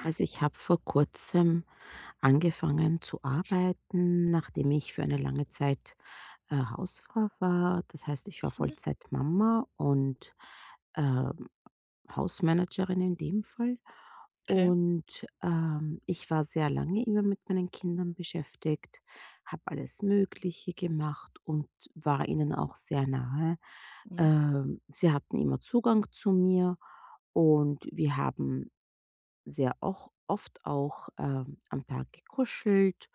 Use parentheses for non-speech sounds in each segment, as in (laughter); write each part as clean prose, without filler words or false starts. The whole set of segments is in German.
Also ich habe vor kurzem angefangen zu arbeiten, nachdem ich für eine lange Zeit Hausfrau war. Das heißt, ich war Mhm, Vollzeitmama und ähm, Hausmanagerin in dem Fall. okay. Und ich war sehr lange immer mit meinen Kindern beschäftigt, habe alles Mögliche gemacht und war ihnen auch sehr nahe. Mhm, Sie hatten immer Zugang zu mir und wir haben sehr auch oft am Tag gekuschelt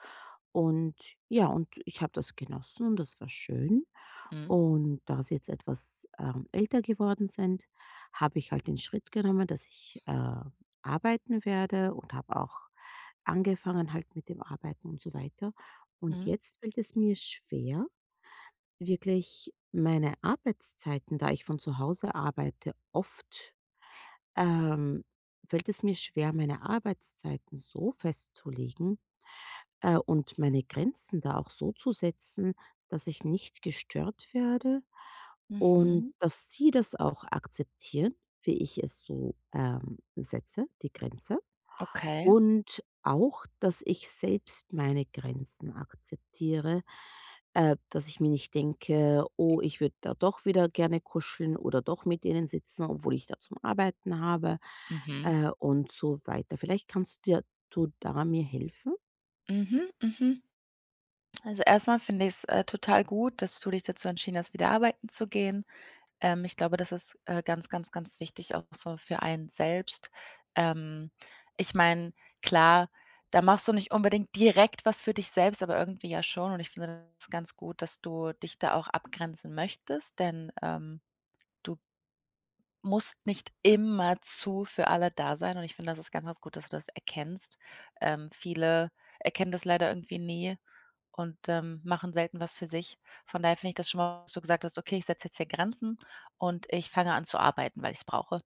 und ja, und ich habe das genossen und das war schön. mhm, Und da sie jetzt älter geworden sind, habe ich halt den Schritt genommen, dass ich arbeiten werde und habe auch angefangen halt mit dem Arbeiten und so weiter. Und mhm, jetzt fällt es mir schwer, wirklich meine Arbeitszeiten, da ich von zu Hause arbeite, oft ähm, fällt es mir schwer, meine Arbeitszeiten so festzulegen und meine Grenzen da auch so zu setzen, dass ich nicht gestört werde und mhm, dass sie das auch akzeptieren, wie ich es so setze, die Grenze. okay. Und auch, dass ich selbst meine Grenzen akzeptiere, dass ich mir nicht denke: „Oh, ich würde da doch wieder gerne kuscheln oder doch mit denen sitzen, obwohl ich da zum Arbeiten habe“, Mhm, und so weiter. Vielleicht kannst du da mir helfen? mhm, mhm. Also, erstmal mal finde ich's, total gut, dass du dich dazu entschieden hast, wieder arbeiten zu gehen. Ich glaube, das ist, ganz wichtig auch so für einen selbst. Ähm, Ich meine, klar, da machst du nicht unbedingt direkt was für dich selbst, aber irgendwie ja schon und ich finde das ganz gut, dass du dich da auch abgrenzen möchtest, denn, du musst nicht immerzu für alle da sein und ich finde, das ist ganz gut, dass du das erkennst. Viele erkennen das leider irgendwie nie und, machen selten was für sich. Von daher finde ich das schon mal, was du gesagt hast: „Okay, ich setze jetzt hier Grenzen und ich fange an zu arbeiten, weil ich es brauche.“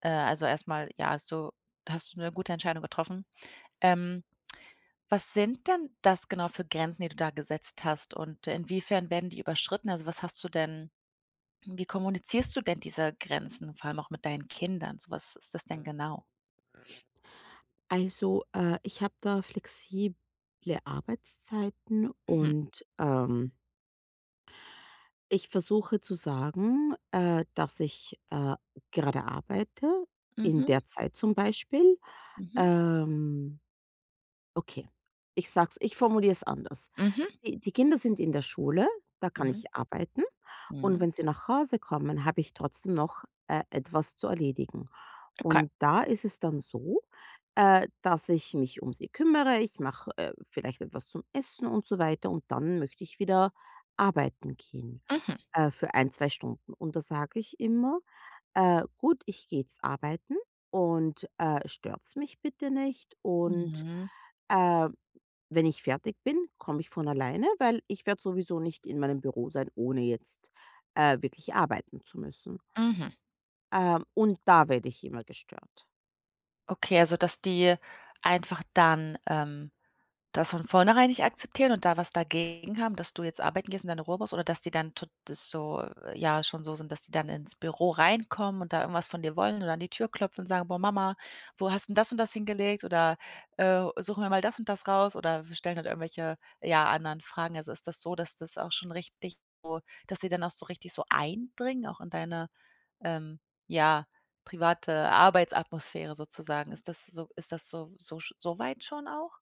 Also erstmal ja, hast du eine gute Entscheidung getroffen. Ähm, Was sind denn das genau für Grenzen, die du da gesetzt hast und inwiefern werden die überschritten? Also, was hast du denn wie kommunizierst du denn diese Grenzen, vor allem auch mit deinen Kindern? So was ist das denn Mhm. genau? Also, ich habe da flexible Arbeitszeiten Mhm. und, ich versuche zu sagen, dass ich gerade arbeite, in Mhm. der Zeit zum Beispiel. Mhm. Ähm Okay, ich formuliere es anders. Mhm. Sie die Kinder sind in der Schule, da kann Mhm. ich arbeiten und Mhm. wenn sie nach Hause kommen, habe ich trotzdem noch etwas zu erledigen. Okay. Und da ist es dann so, dass ich mich um sie kümmere, ich mache, vielleicht etwas zum Essen und so weiter und dann möchte ich wieder arbeiten gehen, Mhm. Für ein 2 Stunden. Und da sage ich immer: „Gut, ich gehe jetzt arbeiten und, stört's mich bitte nicht Mhm. äh“ wenn ich fertig bin, komme ich von alleine, weil ich werde sowieso nicht in meinem Büro sein, ohne jetzt wirklich arbeiten zu müssen. Mhm. Und da werde ich immer gestört. Okay, also dass die einfach dann, das von vornherein nicht akzeptieren und da was dagegen haben, dass du jetzt arbeiten gehst und deine Ruhe brauchst oder dass die dann tot das so ja, schon so sind, dass die dann ins Büro reinkommen und da irgendwas von dir wollen oder an die Tür klopfen und sagen: „Boah, Mama, wo hast 'n das und das hingelegt?“ oder, „Suchen wir mal das und das raus“ oder wir stellen halt irgendwelche, ja, anderen Fragen. Also, ist das so, dass das auch schon richtig dass sie dann auch so richtig so eindringen, auch in deine, ähm, ja, private Arbeitsatmosphäre sozusagen? Ist das so so weit schon auch?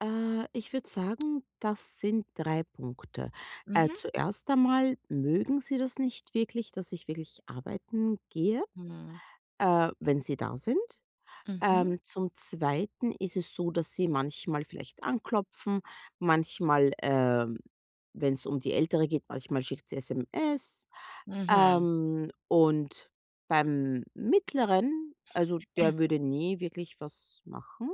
Ich würde sagen, das sind drei Punkte. Mhm. Zuerst einmal mögen sie das nicht wirklich, dass ich wirklich arbeiten gehe, Mhm. Wenn sie da sind. Mhm, Zum Zweiten ist es so, dass sie manchmal vielleicht anklopfen, manchmal, ähm, wenn es um die Ältere geht, manchmal schickt sie SMS. mhm. Und beim Mittleren, also der (clears throat) würde nie wirklich was machen.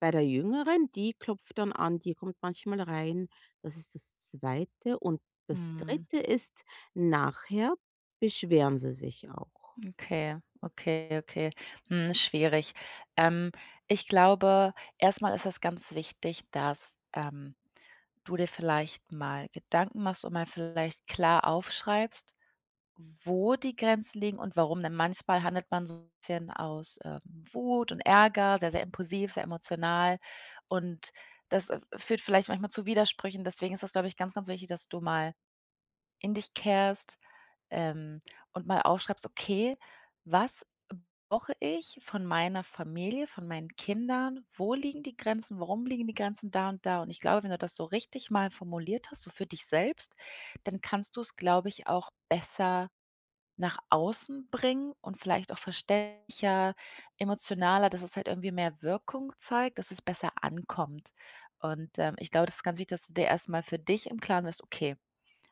Bei der Jüngeren, die klopft dann an, die kommt manchmal rein. Das ist das Zweite. Und das Hm, Dritte ist, nachher beschweren sie sich auch. okay, okay, okay. Hm, schwierig. Ähm, Ich glaube, erstmal ist es ganz wichtig, dass, du dir vielleicht mal Gedanken machst und mal vielleicht klar aufschreibst, wo die Grenzen liegen und warum, denn manchmal handelt man so ein bisschen aus, Wut und Ärger, sehr impulsiv, sehr emotional und das, führt vielleicht manchmal zu Widersprüchen. Deswegen ist das, glaube ich, ganz wichtig, dass du mal in dich kehrst ähm, und mal aufschreibst: „Okay, was brauche ich von meiner Familie, von meinen Kindern? Wo liegen die Grenzen? Warum liegen die Grenzen da und da?“ Und ich glaube, wenn du das so richtig mal formuliert hast, so für dich selbst, dann kannst du es, glaube ich, auch besser nach außen bringen und vielleicht auch verständlicher, emotionaler, dass es halt irgendwie mehr Wirkung zeigt, dass es besser ankommt. Und, ich glaube, das ist ganz wichtig, dass du dir erst mal für dich im Klaren bist: „Okay,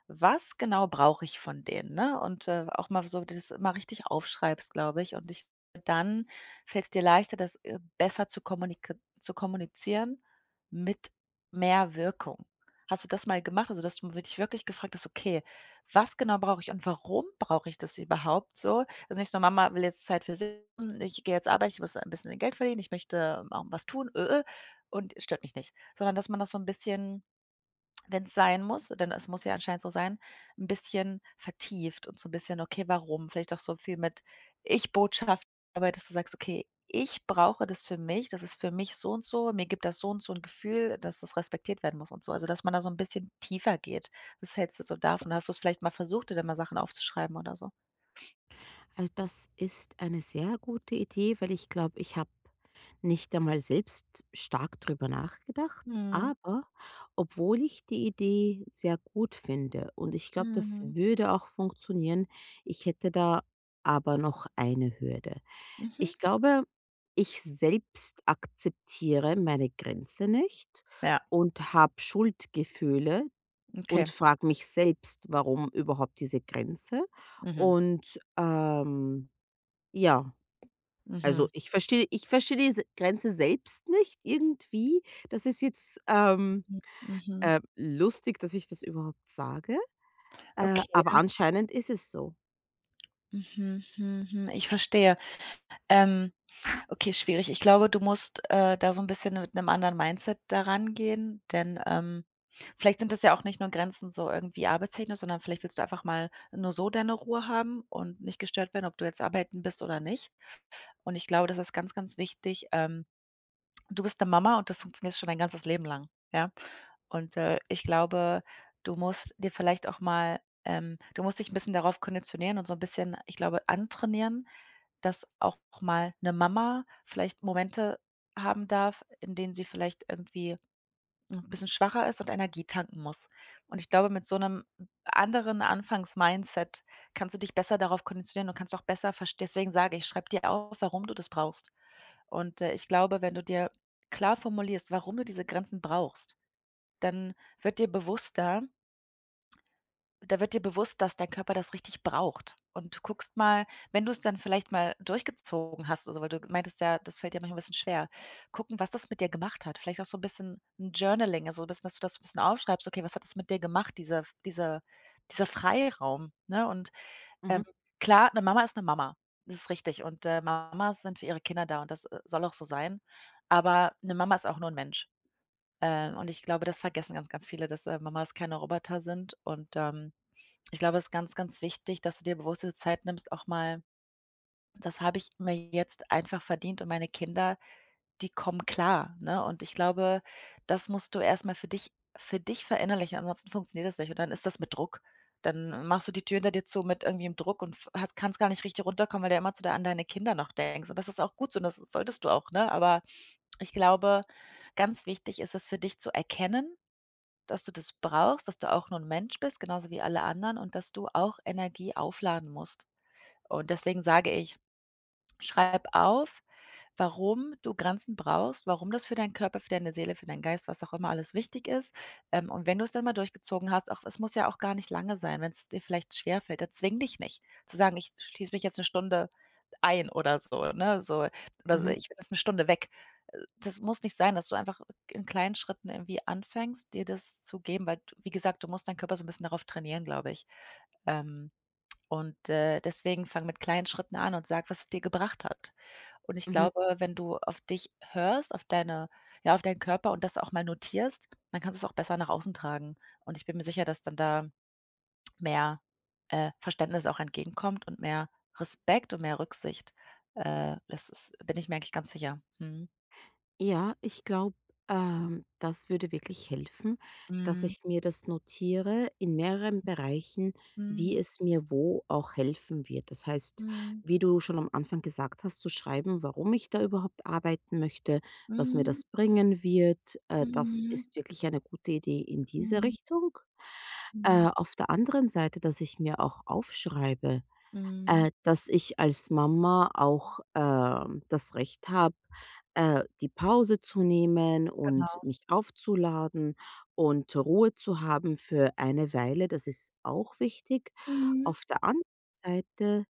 was genau brauche ich von denen, ne? Und, auch mal so dass du das immer richtig aufschreibst, glaube ich. Dann fällt es dir leichter, das, besser zu kommunizieren mit mehr Wirkung. Hast du das mal gemacht? Also, dass du dich wirklich gefragt hast: „Okay, was genau brauche ich und warum brauche ich das überhaupt so?“ Also, nicht nur: „Mama will jetzt Zeit für sich, ich gehe jetzt arbeiten, ich muss ein bisschen Geld verdienen, ich möchte auch was tun, und stört mich nicht.“ Sondern dass man das so ein bisschen wenn es sein muss, denn es muss ja anscheinend so sein, ein bisschen vertieft und so ein bisschen: „Okay, warum?“ Vielleicht auch so viel mit Ich-Botschaft, aber dass du sagst: „Okay, ich brauche das für mich. Das ist für mich so und so. Mir gibt das so und so ein Gefühl, dass das respektiert werden muss“ und so. Also, dass man da so ein bisschen tiefer geht. Was hältst du so davon? Hast du es vielleicht mal versucht, dir da mal Sachen aufzuschreiben oder so? Also das ist eine sehr gute Idee, weil ich glaube, ich habe nicht einmal selbst stark drüber nachgedacht. Mhm. Aber obwohl ich die Idee sehr gut finde und ich glaube, das Mhm. würde auch funktionieren, ich hätte da aber noch eine Hürde. Mhm. Ich glaube, ich selbst akzeptiere meine Grenze nicht Ja, und habe Schuldgefühle okay. und frage mich selbst, warum überhaupt diese Grenze. Mhm. Und ja, also Mhm. ich verstehe diese Grenze selbst nicht irgendwie. Das ist jetzt, ähm, Mhm. Mhm. äh, lustig, dass ich das überhaupt sage, aber Okay. anscheinend ist es so. Mhm, mhm. mhm. Ich verstehe. Ähm Okay, schwierig. Ich glaube, du musst, da so ein bisschen mit einem anderen Mindset daran gehen, denn, vielleicht sind das ja auch nicht nur Grenzen so irgendwie arbeitstechnisch, sondern vielleicht willst du einfach mal nur so deine Ruhe haben und nicht gestört werden, ob du jetzt arbeiten bist oder nicht. Und ich glaube, das ist ganz wichtig. Du bist eine Mama und du funktionierst schon dein ganzes Leben lang, ja? Und, ich glaube, du musst dir vielleicht auch mal du musst dich ein bisschen darauf konditionieren und so ein bisschen, ich glaube, antrainieren, dass auch mal eine Mama vielleicht Momente haben darf, in denen sie vielleicht irgendwie ein bisschen schwacher ist und Energie tanken muss. Und ich glaube, mit so einem anderen Anfangs-Mindset kannst du dich besser darauf konditionieren und kannst auch besser verst deswegen sage ich, schreib dir auf, warum du das brauchst. Und, ich glaube, wenn du dir klar formulierst, warum du diese Grenzen brauchst, dann wird dir bewusster da wird dir bewusst, dass dein Körper das richtig braucht. Und du guckst mal, wenn du es dann vielleicht mal durchgezogen hast oder so, weil du meintest ja, das fällt dir manchmal ein bisschen schwer, gucken, was das mit dir gemacht hat. Vielleicht auch so ein bisschen 'n Journaling, also, so ein bisschen, dass du das so ein bisschen aufschreibst: „Okay, was hat das mit dir gemacht, dieser f dieser dieser Freiraum?“, ne? Und, ähm, Mhm, klar, eine Mama ist eine Mama. Das ist richtig. Und, Mamas sind für ihre Kinder da und das, soll auch so sein. Aber eine Mama ist auch nur ein Mensch. Und ich glaube, das vergessen ganz viele, dass, Mamas keine Roboter sind und, ich glaube, es ist ganz wichtig, dass du dir bewusst diese Zeit nimmst, auch mal: „Das habe ich mir jetzt einfach verdient und meine Kinder, die kommen klar“, ne? Und ich glaube, das musst du erst mal für dich verinnerlichen, ansonsten funktioniert das nicht. Und dann ist das mit Druck. Dann machst du die Tür hinter dir zu mit irgendwie im Druck und f hast kannst gar nicht richtig runterkommen, weil du ja immer zu de an deine Kinder noch denkst. Und das ist auch gut so und das solltest du auch, ne? Aber ich glaube, ganz wichtig ist es für dich zu erkennen dass du das brauchst, dass du auch nur ein Mensch bist, genauso wie alle anderen und dass du auch Energie aufladen musst. Und deswegen sage ich, schreib auf, warum du Grenzen brauchst, warum das für deinen Körper, für deine Seele, für deinen Geist, was auch immer alles wichtig ist. Und wenn du es dann mal durchgezogen hast, auch es muss ja auch gar nicht lange sein, wenn es dir vielleicht schwerfällt, dann zwing dich nicht. Zu sagen, ich schließe mich jetzt eine Stunde ein oder so, ne? So oder so, mhm, ich bin jetzt eine Stunde weg. Das muss nicht sein, dass du einfach in kleinen Schritten irgendwie anfängst, dir das zu geben, weil d wie gesagt, du musst deinen Körper so ein bisschen darauf trainieren, glaube ich. Ähm und, deswegen fang mit kleinen Schritten an und sag, was es dir gebracht hat. Und ich mhm. glaube, wenn du auf dich hörst, auf deine ja, auf deinen Körper und das auch mal notierst, dann kannst du es auch besser nach außen tragen. Und ich bin mir sicher, dass dann da mehr, Verständnis auch entgegenkommt und mehr Respekt und mehr Rücksicht. Das ist bin ich mir eigentlich ganz sicher. Mhm. Ja, ich glaube, das würde wirklich helfen, dass Mhm. ich mir das notiere in mehreren Bereichen, wie es mir wo auch helfen wird. Das heißt, Mhm. wie du schon am Anfang gesagt hast, zu schreiben, warum ich da überhaupt arbeiten möchte, was mir Mhm. das bringen wird. Mhm. Das Mhm. ist wirklich eine gute Idee in diese Mhm. Richtung. Mhm. Auf der anderen Seite, dass ich mir auch aufschreibe, Mhm. Dass ich als Mama auch, das Recht habe, die Pause zu nehmen und Genau. mich aufzuladen und Ruhe zu haben für eine Weile. Das ist auch wichtig. Mhm. Auf der anderen Seite,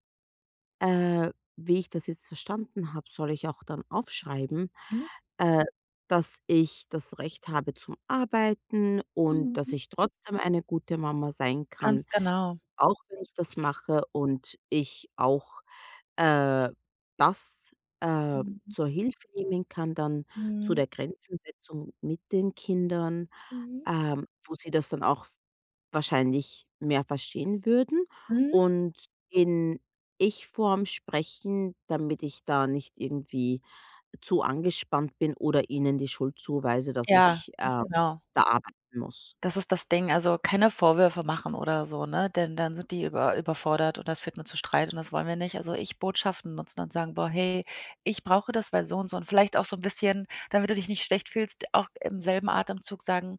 äh, wie ich das jetzt verstanden habe, soll ich auch dann aufschreiben, Mhm. äh, dass ich das Recht habe zum Arbeiten und Mhm. dass Mhm. ich trotzdem eine gute Mama sein kann, Ganz genau. auch wenn ich das mache und ich auch äh, das, äh, Mhm. zur Hilfe nehmen kann, dann zu Mhm. der Grenzensetzung mit den Kindern, Mhm. Wo sie das dann auch wahrscheinlich mehr verstehen würden Mhm. und in Ich-Form sprechen, damit ich da nicht irgendwie zu angespannt bin oder ihnen die Schuld zuweise, dass Ja, ich, ganz äh, genau. da arbeiten muss. Das ist das Ding. Also, keine Vorwürfe machen oder so, ne? Denn dann sind die überfordert und das führt nur zu Streit und das wollen wir nicht. Also, ich Botschaften nutzen und sagen: „Boah, hey, ich brauche das, weil so und so“ und vielleicht auch so ein bisschen, damit du dich nicht schlecht fühlst, auch im selben Atemzug sagen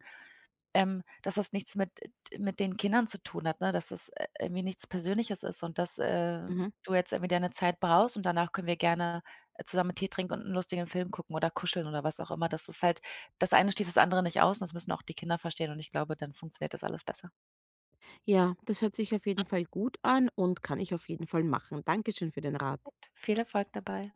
dass das nichts mit mit den Kindern zu tun hat, ne, dass das irgendwie nichts Persönliches ist und dass, Mhm. du jetzt irgendwie deine Zeit brauchst und danach können wir gerne, zusammen Tee trinken und einen lustigen Film gucken oder kuscheln oder was auch immer. Das ist halt das eine schließt das andere nicht aus und das müssen auch die Kinder verstehen und ich glaube, dann funktioniert das alles besser. Ja, das hört sich auf jeden Fall gut an und kann ich auf jeden Fall machen. Dankeschön für den Rat. Viel Erfolg dabei.